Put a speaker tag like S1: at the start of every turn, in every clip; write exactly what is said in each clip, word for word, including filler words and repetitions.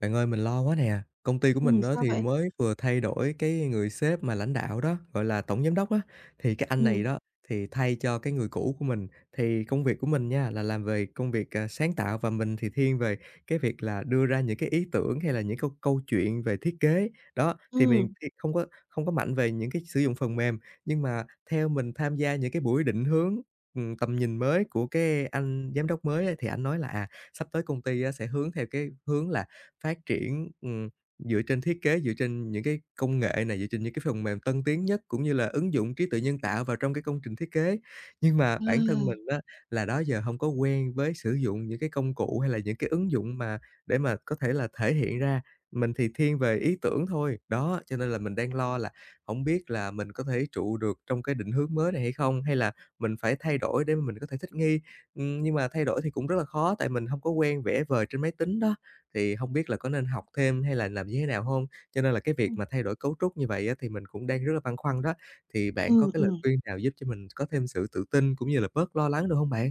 S1: Bạn ơi, mình lo quá nè. Công ty của
S2: Ừm,
S1: mình đó
S2: sao
S1: thì
S2: vậy?
S1: mới vừa thay đổi cái người sếp mà lãnh đạo đó, gọi là tổng giám đốc á. Thì cái anh này
S2: Ừm,
S1: đó, thì thay cho cái người cũ của mình. Thì công việc của mình nha, là làm về công việc, à, sáng tạo và mình thì thiên về cái việc là đưa ra những cái ý tưởng hay là những câu câu chuyện về thiết kế. Đó, thì mình
S2: ừm,
S1: thì không có không có mạnh về những cái sử dụng phần mềm, nhưng mà theo mình tham gia những cái buổi định hướng, ừm, tầm nhìn mới của cái anh giám đốc mới á, thì anh nói là, à, sắp tới công ty á, sẽ hướng theo cái hướng là phát triển, ừm, dựa trên thiết kế, dựa trên những cái công nghệ này, dựa trên những cái phần mềm tân tiến nhất, cũng như là ứng dụng trí tuệ nhân tạo vào trong cái công trình thiết kế. Nhưng mà
S2: à,
S1: bản thân mình á, là đó giờ không có quen với sử dụng những cái công cụ hay là những cái ứng dụng mà để mà có thể là thể hiện ra, mình thì thiên về ý tưởng thôi. Đó, cho nên là mình đang lo là không biết là mình có thể trụ được trong cái định hướng mới này hay không? Hay là mình phải thay đổi để mà mình có thể thích nghi? Ừm, nhưng mà thay đổi thì cũng rất là khó, tại mình không có quen vẽ vời trên máy tính đó. Thì không biết là có nên học thêm hay là làm như thế nào hông? Cho nên là cái việc
S2: ừm,
S1: mà thay đổi cấu trúc như vậy á thì mình cũng đang rất là băn khoăn đó, thì bạn có
S2: ừm,
S1: cái lời
S2: ừm.
S1: khuyên nào giúp cho mình có thêm sự tự tin cũng như là bớt lo lắng được hông bạn?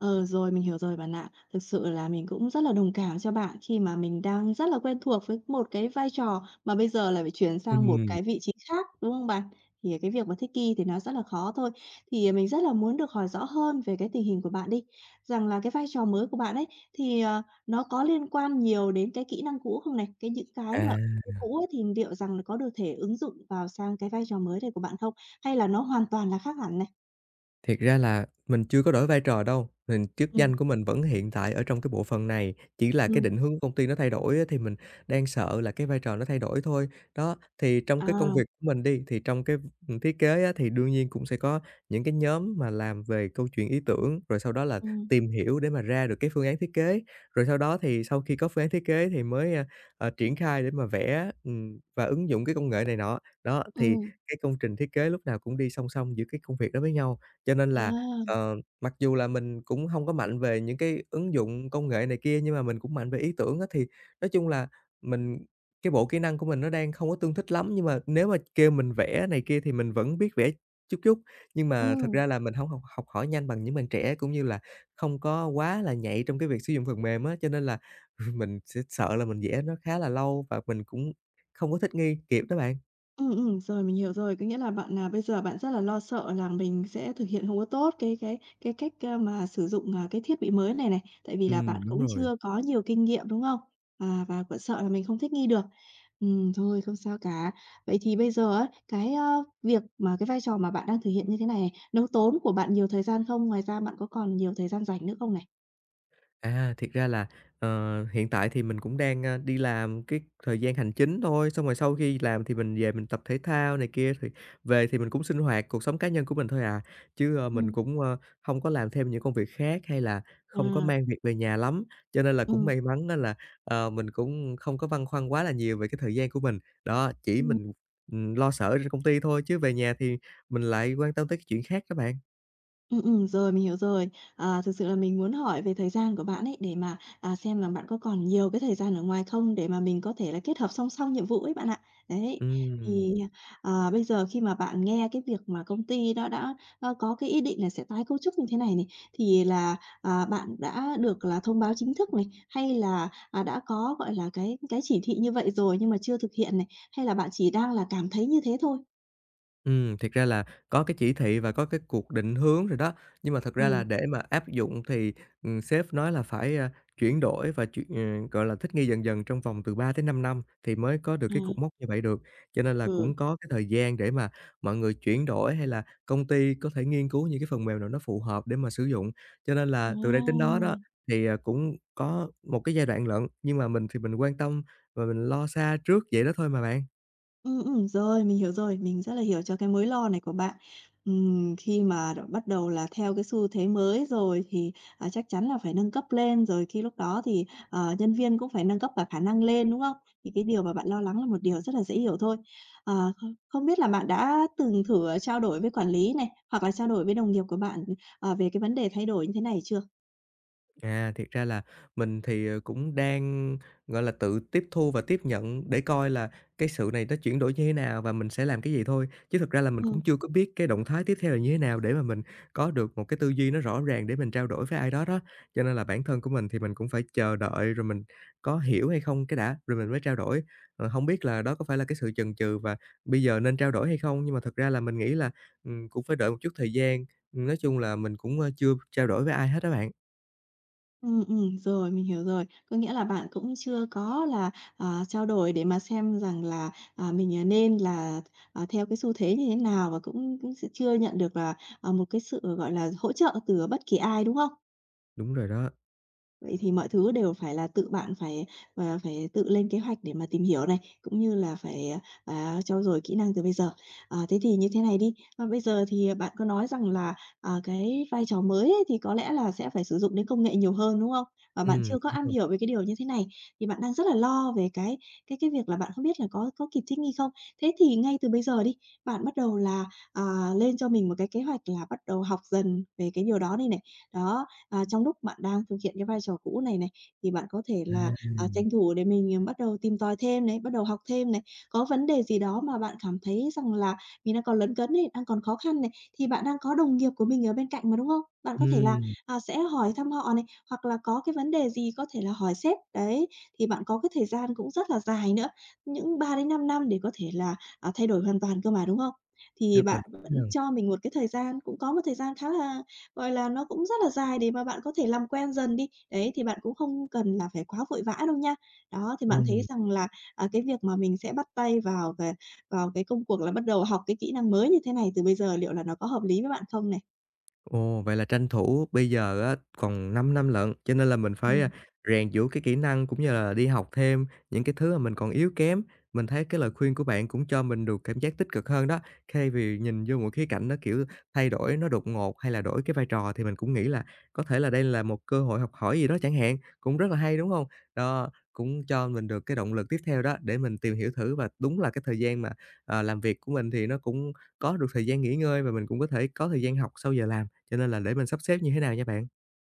S2: Ờ, rồi, mình hiểu rồi bạn ạ. Thực sự là mình cũng rất là đồng cảm cho bạn khi mà mình đang rất là quen thuộc với một cái vai trò mà bây giờ lại phải chuyển sang một
S1: Ừm,
S2: cái vị trí khác, đúng không bạn? Thì cái việc mà thích nghi thì nó rất là khó thôi. Thì à, mình rất là muốn được hỏi rõ hơn về cái tình hình của bạn đi, rằng là cái vai trò mới của bạn ấy thì, ờ, nó có liên quan nhiều đến cái kỹ năng cũ không này? Cái những cái mà
S1: à.
S2: cũ ấy thì liệu rằng là có được thể ứng dụng vào sang cái vai trò mới này của bạn không? Hay là nó hoàn toàn là khác hẳn này?
S1: Thiệt ra là mình chưa có đổi vai trò đâu, mình chức
S2: Ừm,
S1: danh của mình vẫn hiện tại ở trong cái bộ phận này, chỉ là cái
S2: ừm,
S1: định hướng của công ty nó thay đổi á, thì mình đang sợ là cái vai trò nó thay đổi thôi. Đó, thì trong cái công
S2: à,
S1: việc của mình đi, thì trong cái, ừm, thiết kế á, thì đương nhiên cũng sẽ có những cái nhóm mà làm về câu chuyện ý tưởng, rồi sau đó là
S2: ừm,
S1: tìm hiểu để mà ra được cái phương án thiết kế. Rồi sau đó thì sau khi có phương án thiết kế thì mới, a, ờ, triển khai để mà vẽ, ừm, và ứng dụng cái công nghệ này nọ. Đó, thì
S2: ừm.
S1: cái công trình thiết kế lúc nào cũng đi song song giữa cái công việc đó với nhau. Cho nên là,
S2: À,
S1: ờ, mặc dù là mình cũng hông có mạnh về những cái ứng dụng công nghệ này kia, nhưng mà mình cũng mạnh về ý tưởng á, thì nói chung là mình cái bộ kỹ năng của mình nó đang không có tương thích lắm, nhưng mà nếu mà kêu mình vẽ này kia thì mình vẫn biết vẽ chút chút. Nhưng
S2: ừ,
S1: mà thật ra là mình hổng học học hỏi nhanh bằng những bạn trẻ, cũng như là không có quá là nhạy trong cái việc sử dụng phần mềm á, cho nên là mình sẽ sợ là mình vẽ nó khá là lâu và mình cũng không có thích nghi kịp đó bạn.
S2: ừ, ừm, rồi mình hiểu rồi. Có nghĩa là bạn là bây giờ bạn rất là lo sợ là mình sẽ thực hiện không có tốt cái cái cái cách, a, mà sử dụng, à, cái thiết bị mới này này, tại vì là bạn
S1: Ừm, đúng
S2: cũng
S1: rồi.
S2: chưa có nhiều kinh nghiệm, đúng không? À, và bạn sợ là mình không thích nghi được. Ừm, thôi không sao cả. Vậy thì bây giờ á, cái, ơ, việc mà cái vai trò mà bạn đang thực hiện như thế này này, nó tốn của bạn nhiều thời gian không? Ngoài ra bạn có còn nhiều thời gian rảnh nữa không này?
S1: À, thiệt ra là, ờ, hiện tại thì mình cũng đang, a, đi làm cái thời gian hành chính thôi, xong rồi sau khi làm thì mình về mình tập thể thao này kia, thì về thì mình cũng sinh hoạt cuộc sống cá nhân của mình thôi à. Chứ, ơ,
S2: Ừ,
S1: mình cũng, ơ, hông có làm thêm những công việc khác hay là không có
S2: à,
S1: mang việc về nhà lắm, cho nên là cũng
S2: ừ.
S1: may mắn á là, ờ, mình cũng không có băn khoăn quá là nhiều về cái thời gian của mình. Đó, chỉ
S2: Ừm.
S1: mình, ừm, lo sợ ở trên công ty thôi, chứ về nhà thì mình lại quan tâm tới cái chuyện khác các bạn.
S2: Ừm, ừm, rồi, mình hiểu rồi. À, thực sự là mình muốn hỏi về thời gian của bạn ấy, để mà, à, xem là bạn có còn nhiều cái thời gian ở ngoài không để mà mình có thể là kết hợp song song nhiệm vụ ấy bạn ạ. Đấy,
S1: Ừm.
S2: thì, à, bây giờ khi mà bạn nghe cái việc mà công ty đó đã, ơ, có cái ý định là sẽ tái cấu trúc như thế này này, thì là, à, bạn đã được là thông báo chính thức này, hay là, à, đã có, gọi là, cái cái chỉ thị như vậy rồi nhưng mà chưa thực hiện này, hay là bạn chỉ đang là cảm thấy như thế thôi?
S1: Ừm, thiệt ra là có cái chỉ thị và có cái cuộc định hướng rồi đó, nhưng mà thật ra
S2: Ừ
S1: là để mà áp dụng thì, ừm, sếp nói là phải, a, chuyển đổi và chuyển ờ, gọi là, thích nghi dần dần trong vòng từ 3-5 năm thì mới có được
S2: à,
S1: cái cột mốc như vậy được. Cho nên là
S2: ừ,
S1: cũng có cái thời gian để mà mọi người chuyển đổi, hay là công ty có thể nghiên cứu những cái phần mềm nào nó phù hợp để mà sử dụng. Cho nên là từ đây đến đó đó,
S2: à.
S1: thì, à, cũng có một cái giai đoạn lận, nhưng mà mình thì mình quan tâm và mình lo xa trước vậy đó thôi mà bạn.
S2: Ừm, ừm, rồi, mình hiểu rồi, mình rất là hiểu cho cái mối lo này của bạn. Ừm, khi mà đã bắt đầu là theo cái xu thế mới rồi thì, à, chắc chắn là phải nâng cấp lên, rồi khi lúc đó thì, ờ, nhân viên cũng phải nâng cấp cả khả năng lên, đúng không? Thì cái điều mà bạn lo lắng là một điều rất là dễ hiểu thôi. Ờ, không không biết là bạn đã từng thử, ờ, trao đổi với quản lý này, hoặc là trao đổi với đồng nghiệp của bạn, ờ, về cái vấn đề thay đổi như thế này chưa?
S1: À, thiệt ra là mình thì, ờ, cũng đang, gọi là, tự tiếp thu và tiếp nhận để coi là cái sự này nó chuyển đổi như thế nào và mình sẽ làm cái gì thôi. Chứ thực ra là mình cũng
S2: Ừm.
S1: chưa có biết cái động thái tiếp theo là như thế nào để mà mình có được một cái tư duy nó rõ ràng để mình trao đổi với ai đó đó. Cho nên là bản thân của mình thì mình cũng phải chờ đợi rồi mình có hiểu hay không cái đã, rồi mình mới trao đổi. Ờ, hông biết là đó có phải là cái sự chần chừ và bây giờ nên trao đổi hay không? Nhưng mà thực ra là mình nghĩ là, ừm, cũng phải đợi một chút thời gian. Nói chung là mình cũng, ơ, chưa trao đổi với ai hết á bạn.
S2: Ừ ừm, rồi, mình hiểu rồi. Có nghĩa là bạn cũng chưa có là, à, trao đổi để mà xem rằng là, à, mình, à, nên là, à, theo cái xu thế như thế nào và cũng cũng sẽ chưa nhận được là, à, một cái sự, gọi là, hỗ trợ từ bất kỳ ai, đúng không?
S1: Đúng rồi đó.
S2: Vậy thì mọi thứ đều phải là tự bạn phải, ờ, phải tự lên kế hoạch để mà tìm hiểu này, cũng như là phải, à, trau dồi kỹ năng từ bây giờ. Ờ, thế thì như thế này đi, ờ, bây giờ thì bạn có nói rằng là, à, cái vai trò mới ấy thì có lẽ là sẽ phải sử dụng đến công nghệ nhiều hơn, đúng không? Và bạn
S1: Ừm,
S2: chưa có
S1: đúng
S2: am
S1: rồi
S2: hiểu về cái điều như thế này, thì bạn đang rất là lo về cái cái cái việc là bạn không biết là có có kịp thích nghi không. Thế thì ngay từ bây giờ đi, bạn bắt đầu là, à, lên cho mình một cái kế hoạch là bắt đầu học dần về cái điều đó đi này. Đó, à, trong lúc bạn đang thực hiện cái vai trò cũ này này, thì bạn có thể là,
S1: ha.
S2: à, tranh thủ để mình, ờ, bắt đầu tìm tòi thêm này, bắt đầu học thêm này. Có vấn đề gì đó mà bạn cảm thấy rằng là mình đang còn lấn cấn này, đang còn khó khăn này, thì bạn đang có đồng nghiệp của mình ở bên cạnh mà, đúng không? Bạn có thể là,
S1: Ừm,
S2: à, sẽ hỏi thăm họ này, hoặc là có cái vấn đề gì có thể là hỏi sếp, đấy, thì bạn có cái thời gian cũng rất là dài nữa, những 3-5 năm để có thể là, à, thay đổi hoàn toàn cơ mà, đúng không? Thì
S1: rất là
S2: bạn vẫn
S1: đúng ha.
S2: cho mình một cái thời gian, cũng có một thời gian khá là gọi là, nó cũng rất là dài để mà bạn có thể làm quen dần đi. Đấy, thì bạn cũng không cần là phải quá vội vã đâu nha. Đó, thì bạn thấy
S1: Ừm.
S2: rằng là, à, cái việc mà mình sẽ bắt tay vào về vào cái công cuộc là bắt đầu học cái kỹ năng mới như thế này từ bây giờ liệu là nó có hợp lý với bạn không này?
S1: Ồ, vậy là tranh thủ bây giờ á còn 5 năm lận, cho nên là mình phải,
S2: Ừm.
S1: a, rèn giũa cái kỹ năng cũng như là đi học thêm những cái thứ mà mình còn yếu kém. Mình thấy cái lời khuyên của bạn cũng cho mình được cảm giác tích cực hơn đó, thay vì nhìn vô một khía cạnh nó, kiểu, thay đổi nó đột ngột hay là đổi cái vai trò thì mình cũng nghĩ là có thể là đây là một cơ hội học hỏi gì đó chẳng hạn, cũng rất là hay, đúng không? Đó, cũng cho mình được cái động lực tiếp theo đó để mình tìm hiểu thử và đúng là cái thời gian mà, ờ, làm việc của mình thì nó cũng có được thời gian nghỉ ngơi và mình cũng có thể có thời gian học sau giờ làm. Cho nên là để mình sắp xếp như thế nào nha bạn?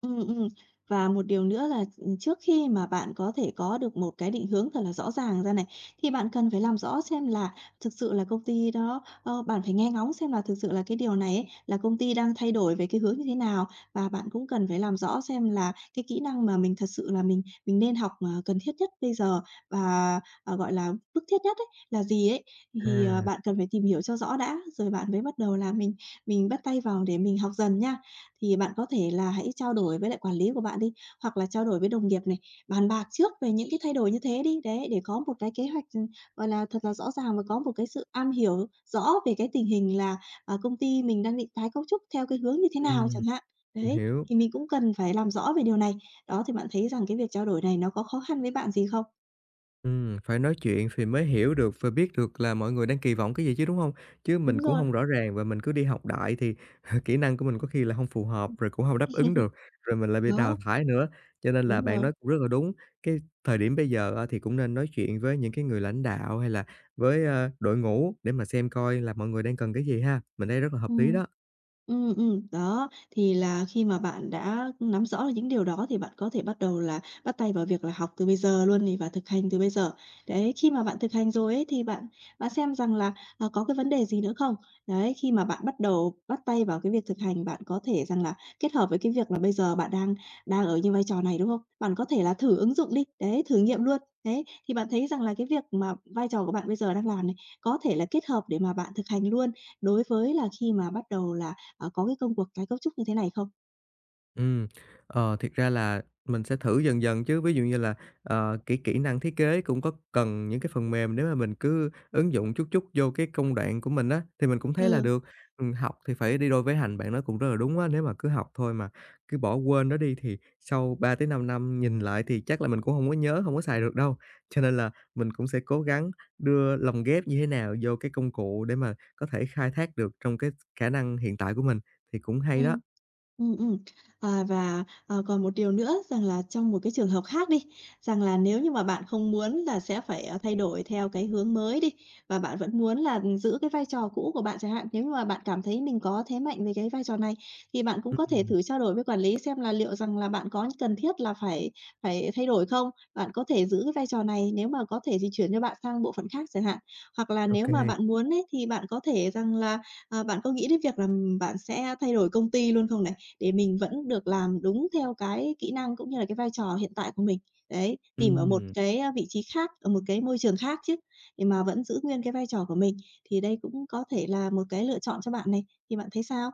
S2: Ừm, ừm. Và một điều nữa là, trước khi mà bạn có thể có được một cái định hướng thật là rõ ràng ra này, thì bạn cần phải làm rõ xem là thực sự là công ty đó ơ, bạn phải nghe ngóng xem là thực sự là cái điều này ấy, là công ty đang thay đổi về cái hướng như thế nào. Và bạn cũng cần phải làm rõ xem là cái kỹ năng mà mình thật sự là mình mình nên học, ờ, cần thiết nhất bây giờ và, ờ, gọi là, bức thiết nhất ấy, là gì ấy. Thì, ờ,
S1: À,
S2: bạn cần phải tìm hiểu cho rõ đã, rồi bạn mới bắt đầu là mình mình bắt tay vào để mình học dần nha thì bạn có thể là hãy trao đổi với lại quản lý của bạn đi, hoặc là trao đổi với đồng nghiệp này, bàn bạc trước về những cái thay đổi như thế đi, đấy, để có một cái kế hoạch, ừm, gọi là, thật là rõ ràng và có một cái sự am hiểu rõ về cái tình hình là, à, công ty mình đang định tái cấu trúc theo cái hướng như thế nào
S1: Ừm,
S2: chẳng hạn.
S1: mình
S2: Đấy,
S1: hiểu.
S2: thì mình cũng cần phải làm rõ về điều này. Đó, thì bạn thấy rằng cái việc trao đổi này nó có khó khăn với bạn gì không?
S1: Ừm, phải nói chuyện thì mới hiểu được và biết được là mọi người đang kỳ vọng cái gì chứ, đúng không? Chứ
S2: Đúng
S1: mình cũng
S2: rồi.
S1: không rõ ràng và mình cứ đi học đại thì kỹ năng của mình có khi là không phù hợp, rồi cũng không đáp ứng được, rồi mình lại bị đào
S2: Đó,
S1: thải nữa. Cho nên là
S2: đúng
S1: bạn
S2: rồi.
S1: nói cũng rất là đúng, cái thời điểm bây giờ á thì cũng nên nói chuyện với những cái người lãnh đạo hay là với, ơ, đội ngũ để mà xem coi là mọi người đang cần cái gì ha. Mình thấy rất là hợp lý
S2: Ừm.
S1: đó.
S2: Ừ, ừm, đó, thì là khi mà bạn đã nắm rõ được những điều đó thì bạn có thể bắt đầu là bắt tay vào việc là học từ bây giờ luôn này và thực hành từ bây giờ. Đấy, khi mà bạn thực hành rồi ấy thì bạn bạn xem rằng là, à, có cái vấn đề gì nữa không? Đấy, khi mà bạn bắt đầu bắt tay vào cái việc thực hành, bạn có thể rằng là kết hợp với cái việc là bây giờ bạn đang đang ở như vai trò này, đúng không? Bạn có thể là thử ứng dụng đi, đấy, thử nghiệm luôn. Đấy, thì bạn thấy rằng là cái việc mà vai trò của bạn bây giờ đang làm này, có thể là kết hợp để mà bạn thực hành luôn đối với là khi mà bắt đầu là ờ, có cái công cuộc tái cấu trúc như thế này không?
S1: Ừ, ờ, thiệt ra là mình sẽ thử dần dần chứ, ví dụ như là, ờ, kỹ kỹ năng thiết kế cũng có cần những cái phần mềm nếu mà mình cứ ứng dụng chút chút vô cái công đoạn của mình á, thì mình cũng thấy là
S2: Ừ,
S1: được. Ừm, học thì phải đi đôi với hành, bạn nói cũng rất là đúng á, nếu mà cứ học thôi mà cứ bỏ quên nó đi thì sau 3-5 năm nhìn lại thì chắc là mình cũng không có nhớ, không có xài được đâu. Cho nên là mình cũng sẽ cố gắng đưa lồng ghép như thế nào vô cái công cụ để mà có thể khai thác được trong cái khả năng hiện tại của mình, thì cũng
S2: ừ.
S1: hay đó.
S2: Ừ, ừm. À, và, ờ, còn một điều nữa rằng là trong một cái trường hợp khác đi, rằng là nếu như mà bạn không muốn là sẽ phải, à, thay đổi theo cái hướng mới đi, và bạn vẫn muốn là, giữ cái vai trò cũ của bạn chẳng hạn, nếu như mà bạn cảm thấy mình có thế mạnh về cái vai trò này, thì bạn cũng có thể
S1: Ừm,
S2: thử trao đổi với quản lý xem là liệu rằng là bạn có cần thiết là phải phải thay đổi không? Bạn có thể giữ cái vai trò này, nếu mà có thể thì chuyển cho bạn sang bộ phận khác chẳng hạn. Hoặc là
S1: ô
S2: nếu
S1: kê.
S2: mà bạn muốn ấy, thì bạn có thể rằng là, à, bạn có nghĩ đến việc là, bạn sẽ thay đổi công ty luôn không này? Để mình vẫn được làm đúng theo cái kỹ năng cũng như là cái vai trò hiện tại của mình. Đấy, tìm ở một
S1: Ừm,
S2: cái, a, vị trí khác, ở một cái môi trường khác chứ, để mà vẫn giữ nguyên cái vai trò của mình, thì đây cũng có thể là một cái lựa chọn cho bạn này, thì bạn thấy sao?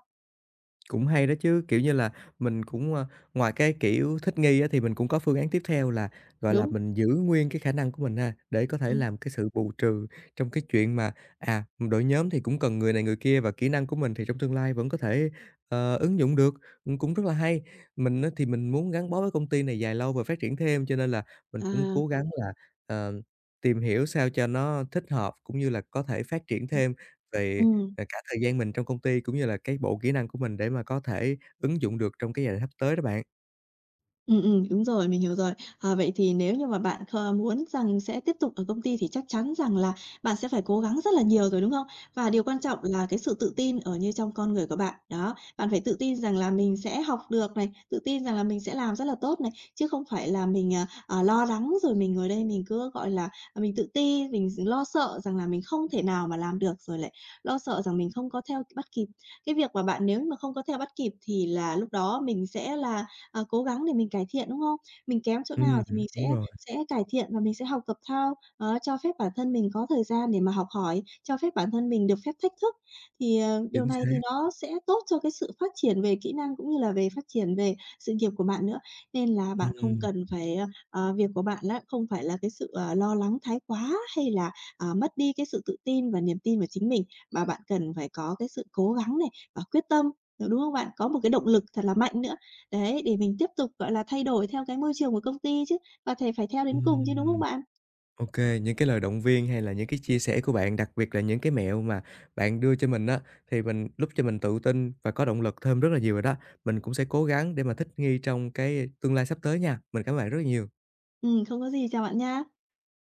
S1: cũng hay đó chứ, kiểu như là, mình cũng, ơ, ngoài cái, kiểu, thích nghi á, thì mình cũng có phương án tiếp theo là, gọi là,
S2: Đúng,
S1: mình giữ nguyên cái khả năng của mình ha, để có
S2: ừ
S1: thể làm cái sự bù trừ trong cái chuyện mà, à, đội nhóm thì cũng cần người này người kia và kỹ năng của mình thì trong tương lai vẫn có thể, ờ, ứng dụng được, ừm, cũng rất là hay. Mình á, thì mình muốn gắn bó với công ty này dài lâu và phát triển thêm, cho nên là mình cũng
S2: à,
S1: cố gắng là, ờ, tìm hiểu sao cho nó thích hợp cũng như là có thể phát triển
S2: ừm.
S1: thêm về. Rồi cả thời gian mình trong công ty cũng như là cái bộ kỹ năng của mình để mà có thể ứng dụng được trong cái giai đoạn sắp tới đó bạn.
S2: Ừ ừm, đúng rồi, mình hiểu rồi. À, vậy thì nếu như mà bạn kh muốn rằng sẽ tiếp tục ở công ty thì chắc chắn rằng là bạn sẽ phải cố gắng rất là nhiều rồi, đúng không? Và điều quan trọng là cái sự tự tin ở như trong con người của bạn. Đó, bạn phải tự tin rằng là mình sẽ học được này, tự tin rằng là mình sẽ làm rất là tốt này, chứ không phải là mình, à, à, lo lắng rồi mình ngồi đây mình cứ, gọi là, à, mình tự ti, mình lo sợ rằng là mình không thể nào mà làm được, rồi lại lo sợ rằng mình không có theo bắt kịp. Cái việc mà bạn nếu mà không có theo bắt kịp thì là lúc đó mình sẽ là ờ, cố gắng để mình cải thiện, đúng không? Mình kém chỗ nào
S1: Ừm,
S2: thì mình sẽ
S1: đúng rồi,
S2: sẽ cải thiện và mình sẽ học tập thao đó, cho phép bản thân mình có thời gian để mà học hỏi, cho phép bản thân mình được phép thách thức. Thì, ờ, điều
S1: chính
S2: này thì
S1: xác.
S2: nó sẽ tốt cho cái sự phát triển về kỹ năng cũng như là về phát triển về sự nghiệp của bạn nữa. Nên là bạn không
S1: Ừm,
S2: cần phải ờ, ờ, việc của bạn á, không phải là cái sự, ờ, lo lắng thái quá hay là, à, mất đi cái sự tự tin và niềm tin vào chính mình, mà bạn cần phải có cái sự cố gắng này và quyết tâm, đúng không bạn? Có một cái động lực thật là mạnh nữa. Đấy, để mình tiếp tục, gọi là, thay đổi theo cái môi trường của công ty chứ, và thề phải theo đến cùng chứ, đúng không
S1: ừm.
S2: bạn?
S1: Ô, những cái lời động viên hay là những cái chia sẻ của bạn, đặc biệt là những cái mẹo mà bạn đưa cho mình á, thì mình giúp cho mình tự tin và có động lực thêm rất là nhiều rồi đó. Mình cũng sẽ cố gắng để mà thích nghi trong cái tương lai sắp tới nha. Mình cảm ơn bạn rất là nhiều.
S2: Ừm, không có gì, chào bạn nha.